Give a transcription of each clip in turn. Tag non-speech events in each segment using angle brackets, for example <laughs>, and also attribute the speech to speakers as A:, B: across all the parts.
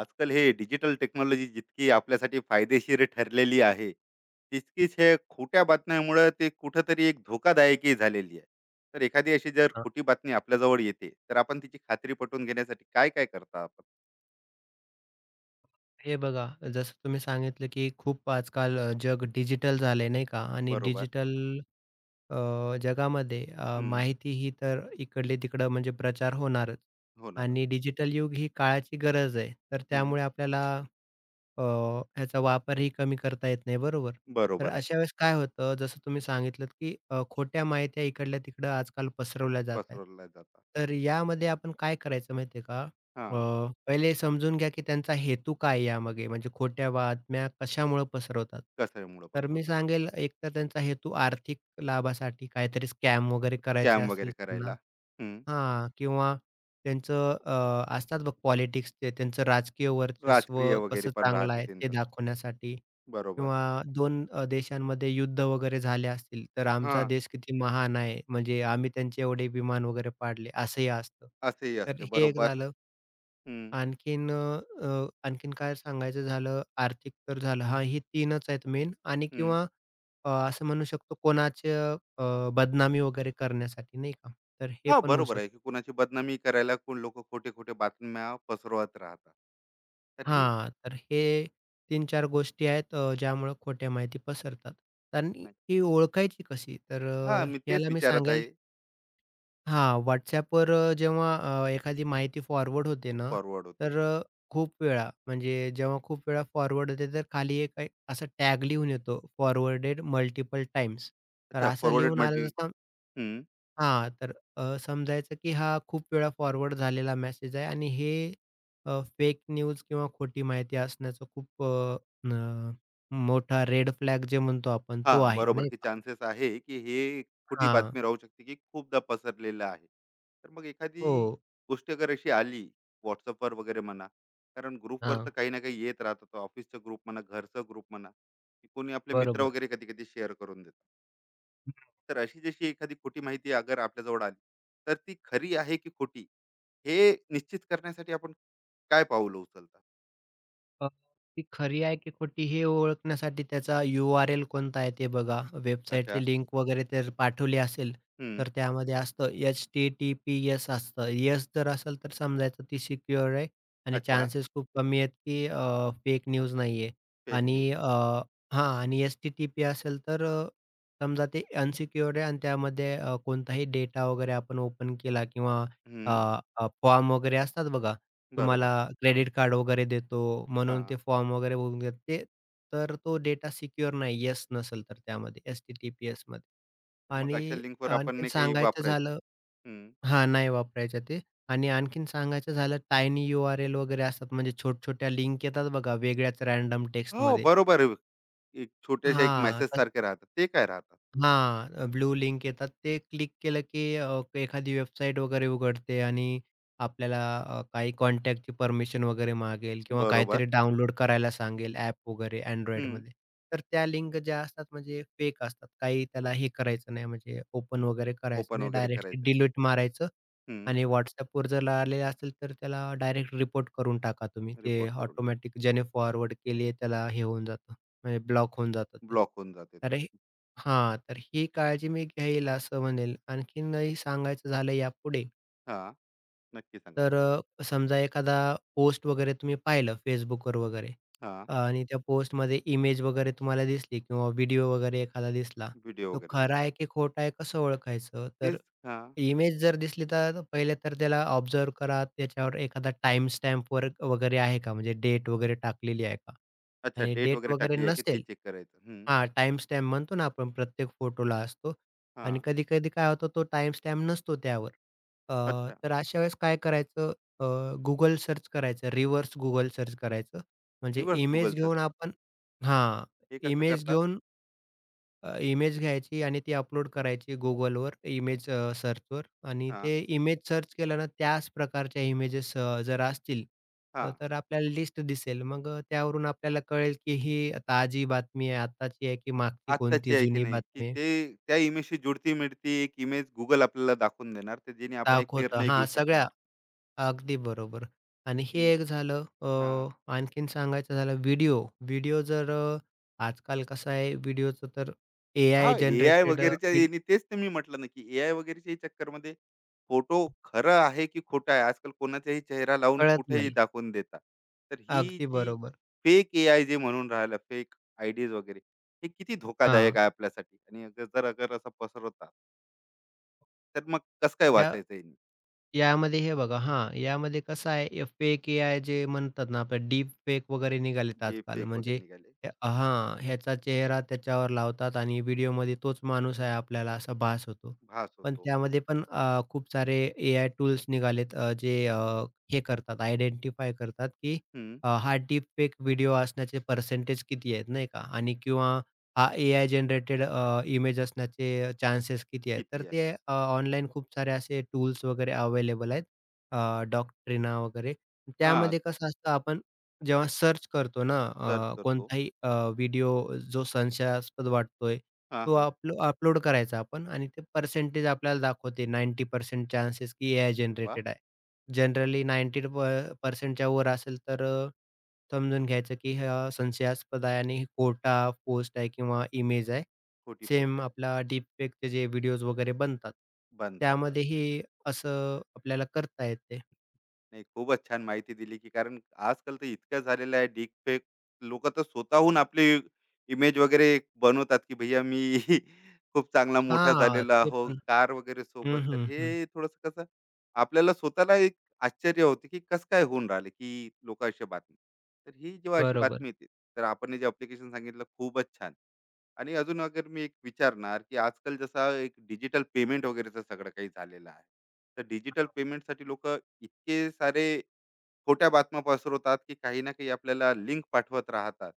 A: आजकाल हे digital technology जितकी आपल्यासाठी फायदेशीर ठरलेली आहे, तितकीच हे खोट्या बातम्यांमुळं ते कुठेतरी एक धोकादायकही झालेली आहे. तर एखादी अशी जर
B: हां,
A: खोटी बातमी आपल्याजवळ येते, तर आपण तिची खात्री पटवून घेण्यासाठी काय-काय करता आपण?
B: हे बघा. जसं तुम्ही सांगितलं, की खूप आजकाल जग डिजिटल झाले नाही का? आणि
A: बरोबर.
B: डिजिटल अ, जगामध्ये
A: हं.
B: माहिती ही तर इकडली-तिकडं म्हणजे प्रचार होणारच
A: होणार.
B: आणि डिजिटल युग ही काळाची गरज आहे. तर
A: हं.
B: त्यामुळे आपल्याला अ, ह्याचा वापरही कमी करता येत नाही, बरोबर. तर
A: बरोबर आहे.
B: अशा वेळेस काय होतं, जसं तुम्ही सांगितलत, की खोट्या माहित्या इकडल्या-तिकडं आजकाल पसरवल्या जात आहेत.
A: पसरवल्या जातात.
B: तर यामध्ये आपण काय करायचं माहिती आहे का?
A: हां.
B: पहिले समजून घ्या, की त्यांचा हेतू काय आहे यामागे, म्हणजे खोट्या बातम्या कशामुळं पसरवतात.
A: कचऱ्यामुळं
B: तर मी
A: पसरवतात.
B: सांगेल, एकतर त्यांचा हेतू आर्थिक लाभासाठी काहीतरी स्कॅम वगैरे करायचे
A: स्कॅम
B: असेल
A: वगैरे
B: त्यांना.
A: करायला. हं.
B: हां. किंवा त्यांचं असतात बघ, पॉलिटिक्स ते त्यांचं राजकीय वर्चस्व
A: राजकीय वगैरे
B: कसं
A: पण
B: चांगलं
A: राहते
B: आहे ते
A: त्यांचं.
B: दाखवण्यासाठी,
A: बरोबर.
B: किंवा दोन देशांमध्ये युद्ध वगैरे झाले असतील, तर आमचा
A: हां.
B: देश किती महान आहे, म्हणजे आम्ही त्यांचे एवढे विमान वगैरे पाडले, असंही असतं.
A: असंही
B: तर
A: असते.
B: हे एक
A: बरोबर.
B: झालं.
A: हं.
B: आणखीन अ, आणखीन काय सांगायचं झालं, आर्थिक तर झालं. हां, ही 3च आहेत मेन. आणि
A: हं.
B: किंवा असं म्हणू शकतो, कोणाच्या बदनामी वगैरे करण्यासाठी नाही का, तर हे
A: हां,
B: पण होऊ
A: बरोबर
B: शकतं.
A: आहे, की कुणाची बदनामी करायला कोण लोकं खोटे-खोटे बातम्या पसरवत राहतात. तर ही
B: हां, तर हे 3-4 गोष्टी आहेत, ज्यामुळं खोट्या माहिती पसरतात. आणि
A: नाही
B: ही ओळखायची कशी? तर
A: हां, मी तेच
B: याला मी
A: विचारत
B: सांगेल.
A: आहे.
B: हां, WhatsAppवर जेव्हा एखादी माहिती फॉरवर्ड होते ना,
A: फॉरवर्ड होते.
B: तर खूप वेळा, म्हणजे जेव्हा खूप वेळा फॉरवर्ड होते, तर खाली एक असं टॅग लिहून येतो, फॉरवर्डेड मल्टिपल टाईम्स. तर
A: अच्छा
B: असं
A: फॉरवर्डेड
B: लिहून
A: म्हणजे
B: आलं,
A: हं.
B: हां, तर समजायचं की हा खूप वेळा फॉरवर्ड झालेला मेसेज आहे. आणि हे फेक न्यूज किंवा खोटी माहिती असण्याचं खूप अ, न मोठा रेड फ्लॅग जे म्हणतो आपण तो
A: हां,
B: आहे,
A: बरोबर
B: नाही
A: की
B: का?
A: चान्सेस आहे, की हे खोटी
B: हां.
A: बातमी राहू शकते, की खूपदा पसरलेलं आहे. तर मग एखादी
B: हो.
A: गोष्ट अगर अशी आली WhatsAppवर वगैरे म्हणा, कारण ग्रुपवर
B: हां,
A: तर काही ना काही येत राहतं. ऑफिसचा ग्रुप म्हणा, घरचा ग्रुप म्हणा, की कोणी आपले मित्र
B: बरोबर.
A: वगैरे कधी-कधी शेअर करून देतात. तर अशी जशी एखादी खोटी माहिती अगर आपल्याजवळ आली तर ती खरी आहे की खोटी हे निश्चित करण्यासाठी आपण काय पाऊल उचलता
B: अ, ती खरी आहे की खोटी हे ओळखण्यासाठी त्याचा यू-आर-एल कोणता आहे ते बघा.
A: अच्छा
B: वेबसाईटची लिंक वगैरे तर पाठवली असेल,
A: हम्म
B: तर त्यामध्ये असतं एच-टी-टी-पी-एस असतं. येस जर असेल तर समजायचं ती सिक्युअर आहे आणि
A: अच्छा
B: चान्सेस खूप कमी आहेत की फेक न्यूज नाहीये.
A: फेक
B: आणि
A: न्यूज नाही
B: हां, आणि एच-टी-टी-पी असेल तर समजा ते अनसिक्युअर्ड आहे. आणि त्यामध्ये कोणताही डेटा वगैरे आपण ओपन केला, किंवा अ,
A: हम्म
B: अ, फॉर्म वगैरे असतात बघा, तुम्हाला
A: बरोबर
B: क्रेडिट कार्ड वगैरे देतो म्हणून
A: हा
B: ते फॉर्म वगैरे भरून घेत ते, तर तो डेटा सिक्युअर नाही, येस नसेल तर त्यामध्ये एच-टी-टी-पी-एसमध्ये.
A: तर मग अशा
B: आणि
A: लिंकवर आपण
B: आणखीन
A: नाही काही
B: सांगायचं
A: वापरायचं नाही.
B: झालं,
A: हम्म
B: हां, नाही वापरायच्या ते. आणि आणखीन सांगायचं झालं, टायनी यू-आर-एल वगैरे असतात, म्हणजे छोट्या-छोट्या लिंक येतात बघा वेगळ्याच रँडम
A: हो
B: टेक्स्टमध्ये.
A: बरोबर आहे. एक छोट्याशा एक
B: हां.
A: मेसेज सारखे राहतात ते काय राहतात
B: हां, ब्लू लिंक येतात. ते क्लिक केलं की एखादी वेबसाईट वगैरे उघडते आणि आपल्याला काही कॉन्टॅक्टची परमिशन वगैरे मागेल, किंवा
A: बरोबर
B: काहीतरी डाउनलोड करायला सांगेल ॲप वगैरे
A: हम्म
B: Androidमध्ये. तर त्या लिंक ज्या असतात म्हणजे फेक असतात. काही त्याला हे करायचं नाही, म्हणजे ओपन वगैरे करायचं
A: ओपन
B: नाही.
A: वगैरे
B: डायरेक्टली
A: करायचं नाही.
B: डिलीट मारायचं.
A: हम्म
B: आणि WhatsAppवर जर आलेलं असेल तर त्याला डायरेक्ट रिपोर्ट करून टाका तुम्ही. ते
A: रिपोर्ट करून टाक
B: ऑटोमॅटिक ज्याने फॉरवर्ड केली त्याला हे होऊन जातं, म्हणजे ब्लॉक होऊन जातं ते.
A: ब्लॉक होऊन जाते तो
B: हां, तर ही काळजी मी घेईल असं म्हणेल. आणखीनही सांगायचं झालं यापुढे,
A: हा नक्की सांगा
B: तर समजा एखादा पोस्ट वगैरे तुम्ही पाहिलं Facebookवर वगैरे,
A: हा
B: आणि त्या पोस्टमध्ये इमेज वगैरे तुम्हाला दिसली किंवा व्हिडिओ वगैरे एखादा दिसला,
A: व्हिडिओ
B: तो
A: वगैरे
B: खरा
A: दिसला
B: आहे की खोटा आहे कसं ओळखायचं? तर
A: तेच हा
B: इमेज जर दिसली तर पहिले तर त्याला ऑब्झर्व्ह करा. त्याच्यावर एखादा टाईम स्टॅम्प वर वगैरे आहे का? म्हणजे डेट वगैरे टाकलेली आहे का?
A: अच्छा,
B: आणि
A: डेट
B: डेट
A: वगैरे
B: वगैरे
A: टाकली आहे की ते
B: नसेल,
A: चेक करायचं. हं.
B: हां, टाईम स्टॅम्प म्हणतो ना आपण, प्रत्येक फोटोला असतो. आणि
A: हां.
B: कधी-कधी काय होतं तो टाईम स्टॅम्प नसतो त्यावर. अ,
A: अच्छा.
B: तर अशा वेळेस काय करायचं, अ, Google सर्च करायचं, रिव्हर्स Google सर्च करायचं. म्हणजे
A: रिव्हर्स
B: इमेज
A: Google सर्च.
B: घेऊन आपण, हां,
A: हे कसं
B: इमेज
A: करतात?
B: घेऊन, इमेज घ्यायची आणि ती अपलोड करायची Googleवर इमेज सर्चवर. आणि
A: हां,
B: ते इमेज सर्च केलं ना, त्याच प्रकारच्या इमेजेस जर असतील,
A: हां.
B: तर आपल्याला लिस्ट दिसेल. मग त्यावरून आपल्याला कळेल की ही ताजी बातमी आहे, आत्ताची आहे की मागची
A: आत्ताची
B: कोणती
A: आहे की
B: जुनी
A: नाही, की
B: बातमी आहे.
A: ते त्या इमेजशी जुळती-मिळती एक इमेज Google आपल्याला दाखवून देणार, तर जेणे आपण एक
B: दाखवतं
A: निर्णय घेऊ
B: हां,
A: शकणार,
B: सगळ्या. अगदी बरोबर. आणि हे
A: की
B: एक झालं.
A: हां.
B: आणखीन सांगायचं झालं व्हिडिओ. आजकाल कसं आहे व्हिडिओचं, तर एआय
A: हां, एआय
B: जनरेटेड,
A: वगैरेच्या यानी तेच तर मी म्हटलं ना, की एआय वगैरेच्या चक्करमध्ये फोटो खरं आहे की खोटं आहे, आजकाल कोणाचाही चेहरा लावून
B: कळत
A: कुठेही
B: नाही.
A: दाखवून देतात. तर ही
B: अगदी
A: जी
B: बरोबर.
A: फेक एआय जे म्हणून राहिलं, फेक आयडीज वगैरे, हे किती धोकादायक
B: हां.
A: आहे आपल्यासाठी आणि अगर जर अगर असं पसरवतात, तर मग कसं काय
B: या
A: वाचायचं यानी?
B: यामध्ये हे बघा, हां, यामध्ये कसं आहे, फेक एआय जे म्हणतात ना, आपलं डीप फेक वगैरे निघालेत
A: जे
B: आजकाल.
A: फेक वगैरे
B: म्हणजे
A: निघाले,
B: हां, ह्याचा चेहरा त्याच्यावर लावतात आणि व्हिडिओमध्ये तोच माणूस आहे आपल्याला असा भास होतो.
A: भास
B: पण
A: होतो.
B: त्यामध्ये पण खूप सारे एआय टूल्स निघालेत, जे हे करतात, आयडेंटिफाय करतात, की
A: हं,
B: हा डीप फेक व्हिडिओ असण्याचे पर्सेंटेज किती आहेत नाही का? आणि किंवा हां, एआय जनरेटेड इमेज असण्याचे चान्सेस किती आहेत? तर
A: किती आहे?
B: ते ऑनलाईन खूप सारे असे टूल्स वगैरे अवेलेबल आहेत. अ, डॉक्ट्रिना वगैरे.
A: हां,
B: त्यामध्ये कसं असतं आपण जेव्हा सर्च करतो ना,
A: सर्च
B: अ,
A: करतो.
B: कोणताही अ, व्हिडिओ जो संशयास्पद वाटतोय,
A: हां,
B: तो
A: हां.
B: अपलोड करायचा आपण, आणि ते पर्सेंटेज आपल्याला दाखवते 90% चान्सेस की एआय
A: अरे वाह!
B: जनरेटेड आहे. जनरली 90 पर्सेंटच्या वर असेल तर, समजून घ्यायचं की हा संशयास्पद आहे आणि खोटा पोस्ट आहे किंवा इमेज आहे.
A: खोटी पोस्ट
B: सेम
A: आहे.
B: आपला डीपफेकचे जे व्हिडिओज वगैरे बनतात,
A: बनतात, बनतात.
B: त्यामध्येही असं आपल्याला करता येते.
A: नाही, खूपच छान माहिती दिली, की कारण आजकाल तर इतकं झालेलं आहे डीप फेक. लोकं तर स्वतःहून आपली इमेज वगैरे बनवतात, की भैया मी <laughs> खूप चांगला मोठा
B: हां,
A: झालेला
B: ते
A: आहो,
B: पण.
A: कार वगैरे सोबत.
B: हं,
A: तर
B: हं, हं.
A: हे थोडंसं कसं आपल्याला स्वतःला एक आश्चर्य होते, की कसं काय होऊन राहिले, की लोकं अशा बातमी. तर ही जेव्हा अशी
B: बरोबर.
A: बातमी येते, तर आपण हे जे ॲप्लिकेशन सांगितलं खूपच छान. आणि अजून अगर मी एक विचारणार, की आजकाल जसा एक डिजिटल पेमेंट वगैरेचं सगळं काही झालेलं आहे. तर डिजिटल पेमेंटसाठी लोकं इतके सारे खोट्या बातम्या पसरवतात, की काही ना काही आपल्याला लिंक पाठवत राहतात.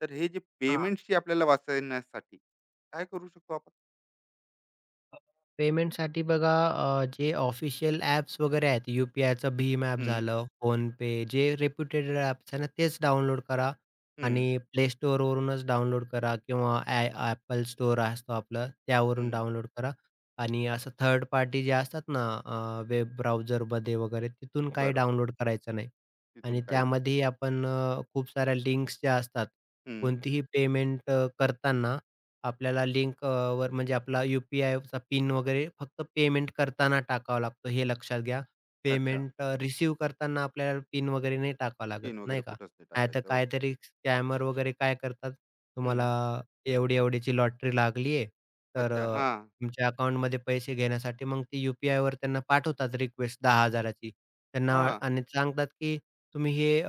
A: तर हे जे
B: हां.
A: पेमेंट्सची आपल्याला वाचवण्यासाठी काय करू शकतो आपण?
B: अ, पेमेंटसाठी बघा, जे ऑफिशियल ॲप्स वगैरे आहेत, यू-पी-आयचं भीम ॲप
A: हं,
B: झालं, फोनपे जे रेप्युटेड ॲप्स आहे ना, तेच डाउनलोड करा. आणि
A: हं,
B: प्ले स्टोअरवरूनच डाउनलोड करा, किंवा स्टोअर असतो आपलं, त्यावरून
A: हं.
B: डाउनलोड करा. आणि असं थर्ड पार्टी जे असतात ना, वेब ब्राउझरमध्ये वगैरे तिथून काही
A: बरं.
B: डाउनलोड करायचं नाही.
A: तिथून
B: आणि
A: काहीच नाही.
B: त्यामध्येही आपण खूप साऱ्या लिंक्स ज्या असतात,
A: हं.
B: कोणतीही पेमेंट करताना आपल्याला लिंक वर, म्हणजे आपला यू पिन वगैरे फक्त पेमेंट करताना टाकावा लागतो, हे लक्षात घ्या.
A: अच्छा.
B: पेमेंट रिसीव्ह करताना आपल्याला पिन वगैरे नाही टाकावा लागत,
A: पिन वगैरे
B: नाही का?
A: कुठंच नाही
B: नाहीतर
A: टाकायचं. ओके.
B: काहीतरी स्कॅमर वगैरे काय करतात,
A: हं.
B: तुम्हाला एवढी-एवढीची लॉटरी लागली आहे, तर
A: अच्छा. हां,
B: तुमच्या अकाउंटमध्ये पैसे घेण्यासाठी मग ती यू पी त्यांना पाठवतात रिक्वेस्ट 10,000 ची. त्यांना
A: हां.
B: आणि सांगतात, की तुम्ही हे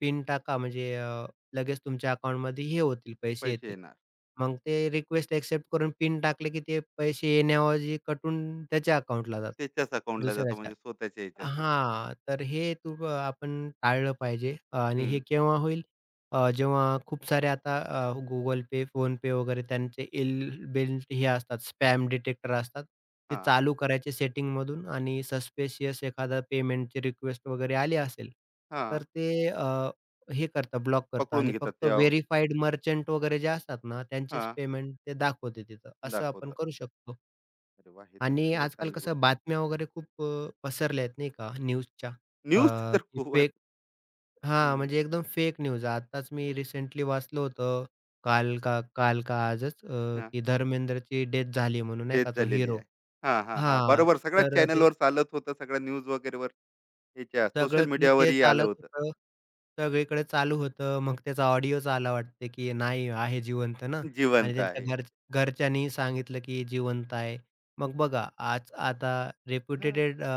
B: पिन टाका, म्हणजे लगेच तुमच्या अकाउंटमध्ये हे होतील, पैसे
A: पैसे
B: येतील.
A: येणार.
B: मग ते रिक्वेस्ट एक्सेप्ट करून पिन टाकले, की ते पैसे येण्याऐवजी कटून त्याच्या अकाउंटला जातात,
A: त्याच्याच अकाउंटला जातो
B: दुसऱ्याच्या.
A: म्हणजे स्वतःच्या ह्याच्यातून.
B: हां, तर हे आपण टाळलं पाहिजे. आणि हे
A: हं.
B: केव्हा होईल, जेव्हा खूप सारे आता Google Pay, PhonePe वगैरे त्यांचे इल बिल्ट हे असतात, स्पॅम डिटेक्टर असतात. ते
A: हां,
B: चालू करायचे सेटिंगमधून, आणि सस्पिशियस एखादा पेमेंटची रिक्वेस्ट वगैरे आली असेल, तर
A: हां.
B: ते हे करतं, ब्लॉक करतं,
A: पकडून
B: आणि
A: घेतात
B: फक्त
A: त्या
B: व्हेरिफाईड मर्चंट वगैरे जे असतात ना, त्यांचेच
A: हां,
B: पेमेंट ते दाखवते तिथं. असं आपण
A: दाखवतात.
B: करू शकतो.
A: अरे वाह! हे तर
B: आणि
A: खूपच
B: आजकाल
A: चांगली
B: कसं
A: गोष्ट.
B: बातम्या वगैरे खूप पसरल्या आहेत नाही का न्यूजच्या.
A: न्यूज
B: अ,
A: तर
B: की
A: खूपच
B: फेक हां,
A: हं,
B: म्हणजे एकदम फेक न्यूज. आताच मी रिसेंटली वाचलं होतं, काल का काल का आजच
A: हां,
B: की धर्मेंद्रची डेथ झाली म्हणून, नाही
A: डेथ
B: का तो
A: झालेली आहे.
B: हिरो.
A: हां, हां, हां.
B: हां,
A: बरोबर सगळ्याच
B: तर ते
A: चॅनलवर चालत होतं. सगळ्या न्यूज वगैरेवर याच्या सोशल
B: सगळीकडे ते
A: मीडियावरही आलं
B: चालत
A: होतं.
B: होतं. सगळीकडे चालू होतं. मग त्याचा ऑडिओच आला वाटते, की नाही आहे, जिवंत ना. आणि
A: जिवंत
B: त्यांच्या
A: आहे.
B: घरच्यांनी सांगितलं, की जिवंत आहे. मग बघा, आज आता
A: हां,
B: रेप्युटेटेड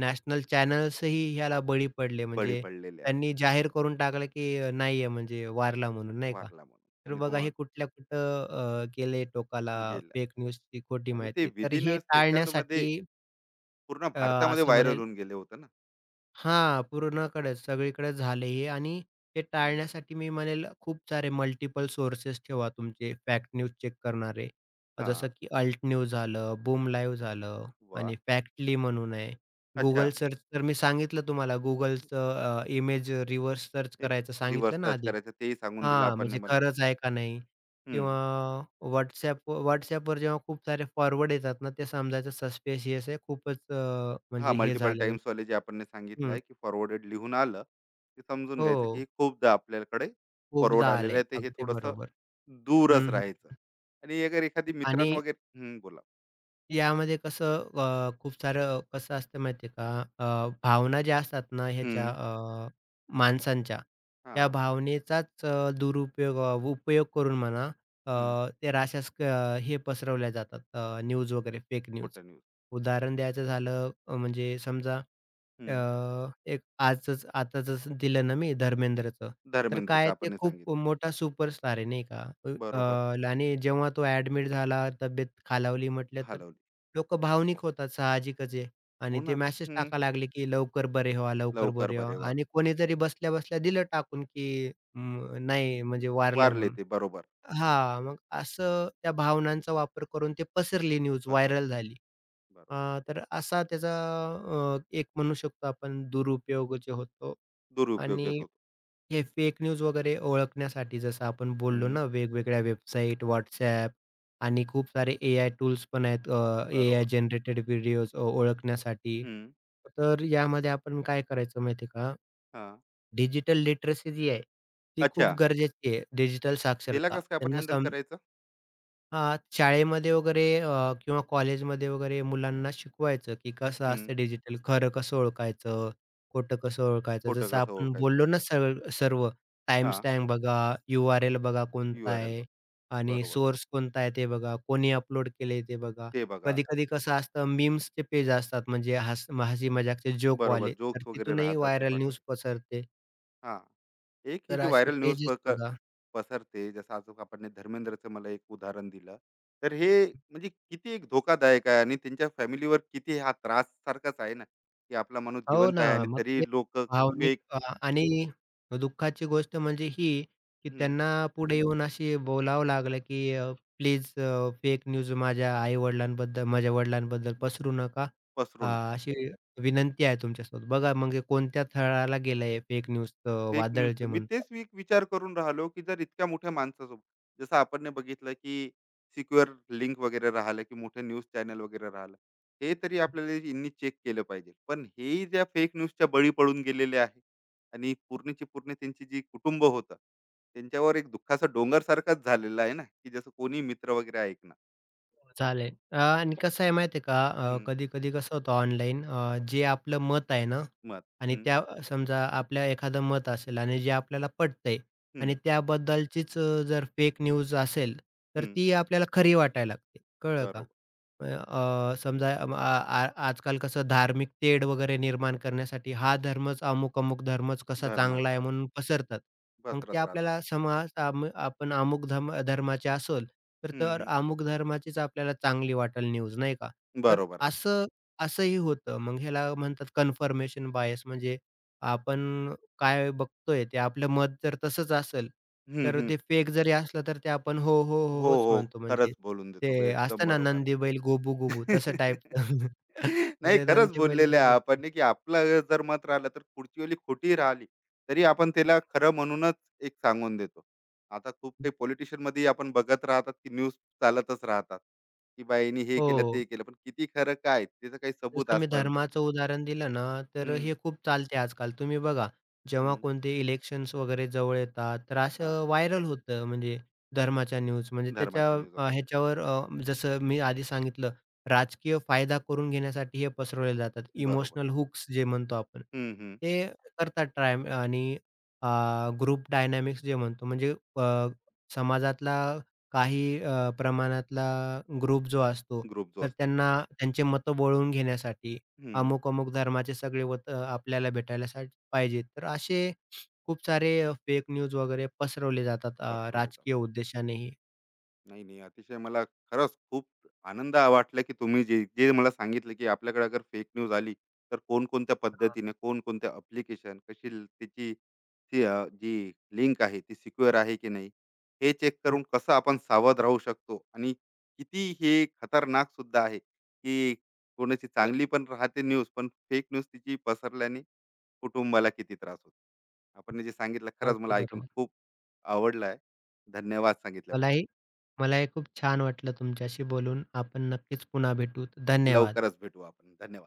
B: नॅशनल चॅनल्सही ह्याला बळी पडले.
A: बळी
B: म्हणजे
A: पडलेले आहे
B: त्यांनी जाहीर करून टाकलं, की नाही आहे, म्हणजे वारला म्हणून नाही का.
A: वारला म्हणून
B: तर
A: आणि तो
B: बघा हे
A: माणूस
B: कुठल्या कुठं गेले टोकाला,
A: गेला
B: फेक न्यूजची खोटी
A: आणि ते
B: माहिती. तर
A: विथिन
B: हे
A: अ सेकंदमध्ये
B: टाळण्यासाठी
A: पूर्ण भारतामध्ये
B: असं
A: व्हायरल
B: म्हणेल,
A: होऊन गेले होते ना.
B: हां, पूर्णकडेच, सगळीकडे झाले हे. आणि ते
A: हं,
B: टाळण्यासाठी मी म्हणेल खूप सारे मल्टिपल सोर्सेस ठेवा तुमचे फॅक्ट न्यूज चेक करणारे. जसं
A: हां.
B: की अल्ट न्यूज झालं, बूम लाईव्ह झालं, आणि
A: वाह!
B: फॅक्टली म्हणून आहे. Google
A: अच्छा.
B: सर्च तर मी सांगितलं तुम्हाला, Googleचं इमेज रिव्हर्स सर्च करायचं
A: रिव्हर्स
B: सांगितलं ना
A: सर्च
B: आधी.
A: करायचं तेही सांगून दिलं
B: हां,
A: आपण
B: म्हणजे
A: मला.
B: खरंच आहे का नाही?
A: हं.
B: किंवा WhatsApp WhatsAppवर जेव्हा खूप सारे फॉरवर्ड येतात ना, ते समजायचं सस्पिशियस आहे खूपच,
A: हा,
B: म्हणजे हे
A: मल्टिपल
B: झाले.
A: टाईम्सवाले जे आपण सांगितलं
B: हं,
A: आहे, की फॉरवर्डेड लिहून आलं, ते समजून घ्यायचं, की
B: हो.
A: हे खूपदा आपल्याकडे फॉरवर्ड
B: खूपदा
A: आलेलं
B: आलंय.
A: आहे. तर हे
B: अगदी
A: थोडंसं
B: बरोबर.
A: दूरच
B: हं,
A: राहायचं
B: हं.
A: आणि अगर एखादी
B: आणि
A: मित्रां वगैरे हं, बोला.
B: यामध्ये कसं, खूप सारं कसं असतं माहिती का? भावना ज्या असतात ना ह्याच्या,
A: हं,
B: माणसांच्या, त्या
A: हां,
B: भावनेचाच उपयोग करून म्हणा, अ,
A: हं,
B: ते अशा स्क हे पसरवल्या जातात न्यूज वगैरे, फेक न्यूज.
A: खोटं न्यूज.
B: उदाहरण द्यायचं झालं, म्हणजे समजा अ,
A: हं,
B: एक आजच आता जसं दिलं ना मी, धर्मेंद्रचं, तर
A: धर्मेंद्रचं
B: काय, ते
A: आपण
B: खूप
A: सांगितलं.
B: मोठा सुपरस्टार आहे नाही का? अ,
A: बरोबर,
B: अ, आणि जेव्हा तो ॲडमिट झाला, तब्येत खालावली म्हटलं, तर
A: हलवली.
B: लोक भावनिक होतात साहजिकच आहे. आणि ते
A: होणार.
B: मेसेज
A: हं,
B: टाकायला लागले, की लवकर बरे व्हा, लवकर
A: लवकर
B: बरे व्हा.
A: बरे व्हा.
B: आणि कोणीतरी बसल्या-बसल्या दिलं टाकून, की अं, नाही, म्हणजे वारलंय
A: वारले
B: म्हणून.
A: ते बरोबर,
B: हां, मग असं त्या भावनांचा वापर करून ते पसरली न्यूज, व्हायरल
A: पसरले.
B: झाली. अ,
A: बरोबर,
B: तर असा त्याचा एक म्हणू शकतो आपण, दुरुपयोग जे होतो. आणि
A: दुरुपयोगच होतो.
B: हे फेक न्यूज वगैरे ओळखण्यासाठी जसं आपण बोललो
A: हं,
B: ना, वेगवेगळ्या वेबसाईट, WhatsApp, आणि खूप सारे एआय टूल्स पण आहेत, एआय
A: बरोबर.
B: जनरेटेड व्हिडिओज ओळखण्यासाठी.
A: हं,
B: तर यामध्ये आपण काय करायचं माहिती आहे का,
A: हां.
B: डिजिटल लिटरसी जी आहे, ती खूप
A: अच्छा,
B: गरजेची आहे. डिजिटल
A: त्याला
B: साक्षरता
A: कसं काय आपण
B: त्यांना
A: हँडल
B: सम
A: करायचं?
B: हां, शाळेमध्ये वगैरे किंवा कॉलेजमध्ये वगैरे मुलांना शिकवायचं, की कसं असतं डिजिटल, खरं कसं ओळखायचं, खोटं कसं ओळखायचं.
A: खोटं
B: जसं
A: कसं
B: आपण
A: ओळखायचं?
B: बोललो ना, सर्व सर्व
A: हां,
B: टाइमस्टॅम्प बघा, यू-आर-एल बघा कोणता
A: URL
B: आहे,
A: बघा.
B: आणि
A: बरोबर.
B: सोर्स कोणता आहे ते बघा, कोणी अपलोड केलंय ते बघा.
A: ते बघा.
B: कधी-कधी कसं असतं, मीम्सचे पेज असतात, म्हणजे हसी मजाकचे
A: बरोबर
B: जोकवाले, तर
A: जोक्स वगैरे
B: तिथूनही
A: राहतात ते
B: व्हायरल न्यूज
A: पाठवले.
B: पसरते.
A: हां. एक ही
B: तर
A: जी
B: असे
A: व्हायरल न्यूज
B: पेजेस
A: पक
B: बघा.
A: पसरते जसं आज आपण धर्मेंद्रचं मला एक उदाहरण दिलं. तर हे म्हणजे किती एक धोकादायक आहे आणि त्यांच्या फॅमिलीवर किती हा त्रास सारखाच आहे ना, की आपला माणूस
B: हो
A: जिवंत
B: ना.
A: आहे आणि
B: मग
A: तरी
B: ते
A: लोकं
B: भावनिक,
A: फेक
B: आणि दुःखाची गोष्ट म्हणजे ही, की त्यांना पुढे येऊन अशी बोलावं लागलं, की प्लीज, फेक न्यूज माझ्या आई-वडिलांबद्दल, माझ्या वडिलांबद्दल पसरू नका. अ,
A: पसरू नका.
B: अशी विनंती आहे तुमच्यासोबत. बघा, म्हणजे कोणत्या थराला गेलंय फेक न्यूजचं
A: फेक
B: वादळ
A: न्यूजचं.
B: जे
A: मी
B: म्हणतो.
A: तेच मी विचार करून राहिलो, की जर इतक्या मोठ्या माणसासोबत जसं आपण ने बघितलं, की सिक्युअर लिंक वगैरे राहिलं, की मोठे न्यूज चॅनल वगैरे राहिलं. हे तरी आपल्याला यांनी चेक केलं पाहिजे. पण हेही ज्या फेक न्यूजच्या बळी पडून गेलेले आहे आणि पूर्णची पूर्ण त्यांची जी कुटुंब होतं, त्यांच्यावर एक दुःखाचा डोंगर सारखाच झालेला आहे ना, की जसं कोणी मित्र वगैरे ऐकणार.
B: चालेल. आणि कसं आहे माहिती आहे का,
A: हं,
B: कधी-कधी कसं होतं ऑनलाईन, जे आपलं मत आहे ना,
A: मत.
B: आणि
A: हं,
B: त्या समजा आपलं एखादं मत असेल आणि जे आपल्याला पटतंय,
A: हं,
B: आणि त्याबद्दलचीच जर फेक न्यूज असेल, तर
A: हं.
B: ती आपल्याला खरी वाटायला लागते. कळलं का?
A: बरोबर.
B: अ, अ, समजा अ, आ आ- आजकाल कसं धार्मिक तेढ वगैरे निर्माण करण्यासाठी, हा धर्मच अमुक-अमुक धर्मच कसा चांगला
A: धर्माचा
B: आहे
A: आहे.
B: म्हणून पसरतात. मग ते
A: पसरत राहतात.
B: आपल्याला समाज, आपण अमुक धर्माचे असोल, तर
A: हं,
B: तर
A: हं.
B: अमुक धर्माचीच आपल्याला चांगली वाटेल न्यूज, नाही का? तर
A: बरोबर आहे.
B: असं, असंही होतं. मग ह्याला म्हणतात कन्फर्मेशन बायस, म्हणजे आपण काय बघतोय ते आपलं मत जर तसंच असेल,
A: हं,
B: तर
A: हं.
B: ते फेक जरी असलं तर ते आपण हो, हो, हो,
A: हो,
B: होच
A: हो.
B: म्हणतो. म्हणजे
A: खरंच बोलून देतो. ब
B: ते
A: एकदम
B: असतं ना,
A: बरोबर.
B: नंदी बैल गोबू गोबू तसं
A: <laughs>
B: टाइपचं. <laughs>
A: नाही
B: म्हणजे
A: खरंच
B: नंदी बैल
A: बोललेलं आहे
B: गोबू गोबू.
A: आपण की आपलं जर मत राहिलं तर पुढची ओली खोटी राहिली, तरी आपण त्याला खरं म्हणूनच एक सांगून देतो. आता खूप काही पॉलिटिशियनमध्ये आपण बघत राहतात की न्यूज चालतच राहतात, की बा हिने हे केलं,
B: हो.
A: ते केलं. पण किती खरं काय? त्याचं काही सबूत
B: जसं मी
A: आजपर्यंत
B: धर्माचं उदाहरण दिलं ना, तर
A: हं,
B: हे खूप चालते आजकाल. तुम्ही बघा, जेव्हा
A: हं.
B: कोणते इलेक्शन्स वगैरे जवळ येतात, तर
A: हां,
B: असं व्हायरल होतं, म्हणजे धर्माच्या न्यूज. म्हणजे त्याच्या
A: धर्माच्या न्यूज वगैरे.
B: जसं मी आधी सांगितलं, राजकीय फायदा करून घेण्यासाठी हे पसरवले जातात.
A: बरोबर.
B: इमोशनल हुक्स जे म्हणतो आपण,
A: हं, हं.
B: ते करतात ट्राय. आणि ग्रुप डायनॅमिक्स जे म्हणतो, म्हणजे अ, समाजातला काही प्रमाणातला ग्रुप जो असतो,
A: ग्रुप जो
B: तर
A: असतो.
B: त्यांना त्यांचे मतं वळवून घेण्यासाठी,
A: हं.
B: अमुक-अमुक धर्माचे सगळे आपल्याला भेटायला पाहिजेत. तर असे खूप सारे फेक न्यूज वगैरे पसरवले जातात,
A: पसरवले
B: राजकीय उद्देशानेही.
A: नाही, नाही. अतिशय मला खरंच खूप आनंद वाटला, की तुम्ही जे जे मला सांगितलं, की आपल्याकडे अगर फेक न्यूज आली, तर कोणकोणत्या
B: हां,
A: पद्धतीने, कोणकोणत्या ॲप्लिकेशन, कशी ल- त्याची ती जी लिंक आहे, ती सिक्युअर आहे की नाही, हे चेक
B: हो,
A: करून कसं आपण सावध राहू शकतो आणि किती हे खतरनाक सुद्धा आहे, की कोणाची
B: बरं.
A: चांगली पण राहते न्यूज, पण फेक न्यूज तिची पसरल्याने कुटुंबाला किती त्रास होतो. आपण हे जे सांगितलं खरंच
B: अगदी
A: मला ऐकून
B: बरोबर.
A: खूप आवडलं आहे. धन्यवाद सांगितल्याबद्दल.
B: मलाही मलाही खूप छान वाटलं तुमच्याशी बोलून. आपण नक्कीच पुन्हा भेटूत. धन्यवाद.
A: लवकरच भेटू आपण धन्यवाद.